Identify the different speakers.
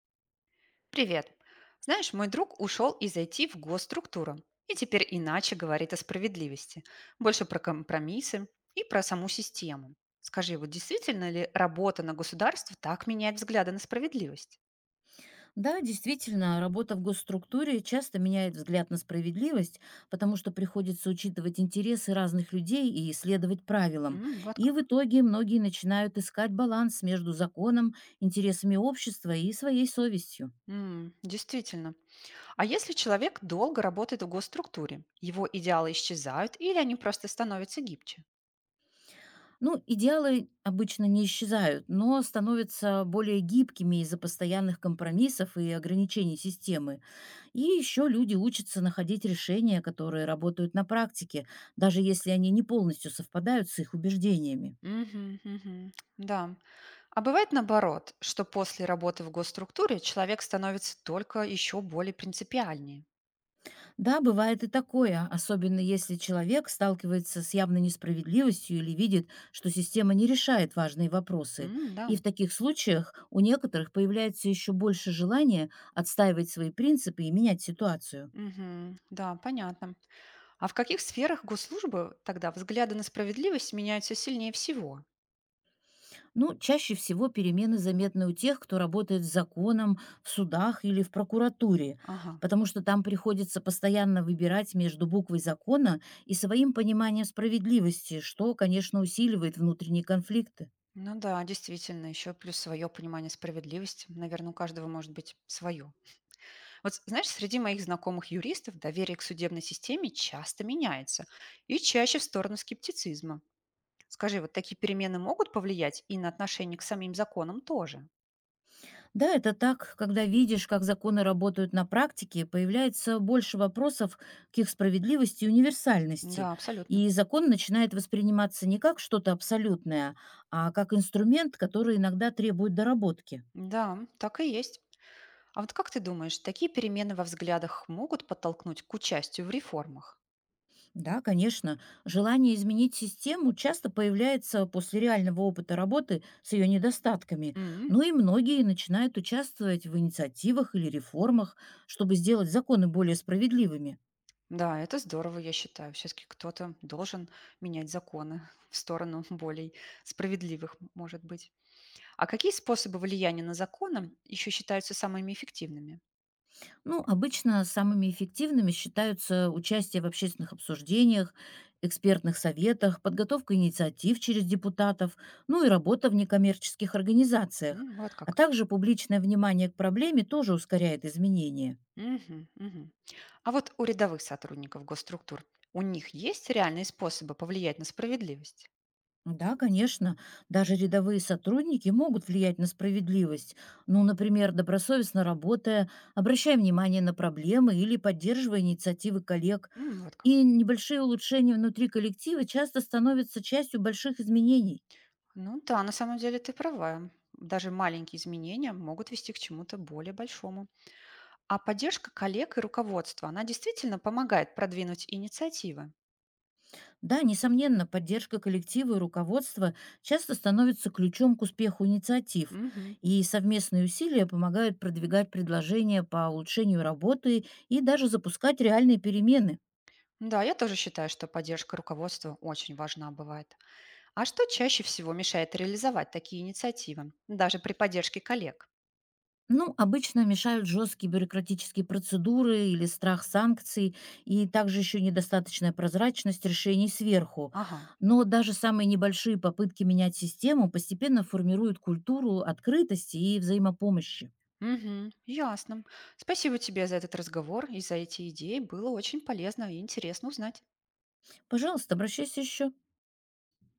Speaker 1: Привет. Знаешь, мой друг ушел из IT в госструктуру и теперь иначе говорит о справедливости, больше про компромиссы и про саму систему. Скажи, вот действительно ли работа на государство так меняет взгляды на справедливость?
Speaker 2: Да, действительно, работа в госструктуре часто меняет взгляд на справедливость, потому что приходится учитывать интересы разных людей и следовать правилам.
Speaker 1: М, вот
Speaker 2: И в
Speaker 1: как.
Speaker 2: итоге многие начинают искать баланс между законом, интересами общества и своей совестью.
Speaker 1: М, действительно. А если человек долго работает в госструктуре, его идеалы исчезают или они просто становятся гибче?
Speaker 2: Ну, идеалы обычно не исчезают, но становятся более гибкими из-за постоянных компромиссов и ограничений системы. И еще люди учатся находить решения, которые работают на практике, даже если они не полностью совпадают с их убеждениями.
Speaker 1: Мгм, мгм. Да. А бывает наоборот, что после работы в госструктуре человек становится только еще более принципиальнее.
Speaker 2: Да, бывает и такое, особенно если человек сталкивается с явной несправедливостью или видит, что система не решает важные вопросы.
Speaker 1: М, да.
Speaker 2: И в таких случаях у некоторых появляется еще больше желания отстаивать свои принципы и менять ситуацию.
Speaker 1: Мгм. Да, понятно. А в каких сферах госслужбы тогда взгляды на справедливость меняются сильнее всего?
Speaker 2: Ну, чаще всего перемены заметны у тех, кто работает с законом, в судах или в прокуратуре,
Speaker 1: Ага.
Speaker 2: потому что там приходится постоянно выбирать между буквой закона и своим пониманием справедливости, что, конечно, усиливает внутренние конфликты.
Speaker 1: Ну да, действительно, еще плюс свое понимание справедливости. Наверное, у каждого может быть свое. Вот знаешь, среди моих знакомых юристов доверие к судебной системе часто меняется и чаще в сторону скептицизма. Скажи, вот такие перемены могут повлиять и на отношение к самим законам тоже?
Speaker 2: Да, это так, когда видишь, как законы работают на практике, появляется больше вопросов к их справедливости и универсальности,
Speaker 1: Да, абсолютно.
Speaker 2: и закон начинает восприниматься не как что-то абсолютное, а как инструмент, который иногда требует доработки.
Speaker 1: Да, так и есть. А вот как ты думаешь, такие перемены во взглядах могут подтолкнуть к участию в реформах?
Speaker 2: Да, конечно. Желание изменить систему часто появляется после реального опыта работы с ее недостатками.
Speaker 1: М.
Speaker 2: Но и многие начинают участвовать в инициативах или реформах, чтобы сделать законы более справедливыми.
Speaker 1: Да, это здорово, я считаю. Все-таки кто-то должен менять законы в сторону более справедливых, м, может быть. А какие способы влияния на законы еще считаются самыми эффективными?
Speaker 2: Ну, обычно самыми эффективными считаются участие в общественных обсуждениях, экспертных советах, подготовка инициатив через депутатов, ну и работа в некоммерческих организациях.
Speaker 1: М, вот
Speaker 2: А
Speaker 1: как.
Speaker 2: также публичное внимание к проблеме тоже ускоряет изменения.
Speaker 1: Мгм, мгм. А вот у рядовых сотрудников госструктур у них есть реальные способы повлиять на справедливость?
Speaker 2: Да, конечно, даже рядовые сотрудники могут влиять на справедливость. Ну, например, добросовестно работая, обращая внимание на проблемы или поддерживая инициативы коллег.
Speaker 1: М, вот как.
Speaker 2: И небольшие улучшения внутри коллектива часто становятся частью больших изменений.
Speaker 1: Ну да, на самом деле ты права. Даже маленькие изменения могут вести к чему-то более большому. А поддержка коллег и руководства, она действительно помогает продвинуть инициативы.
Speaker 2: Да, несомненно, поддержка коллектива и руководства часто становится ключом к успеху инициатив.
Speaker 1: Мгм.
Speaker 2: И совместные усилия помогают продвигать предложения по улучшению работы и даже запускать реальные перемены.
Speaker 1: Да, я тоже считаю, что поддержка руководства очень важна бывает. А что чаще всего мешает реализовать такие инициативы, даже при поддержке коллег?
Speaker 2: Ну, обычно мешают жесткие бюрократические процедуры или страх санкций, и также еще недостаточная прозрачность решений сверху.
Speaker 1: Ага.
Speaker 2: Но даже самые небольшие попытки менять систему постепенно формируют культуру открытости и взаимопомощи.
Speaker 1: Мгм. Ясно. Спасибо тебе за этот разговор и за эти идеи. Было очень полезно и интересно узнать.
Speaker 2: Пожалуйста, обращайся еще.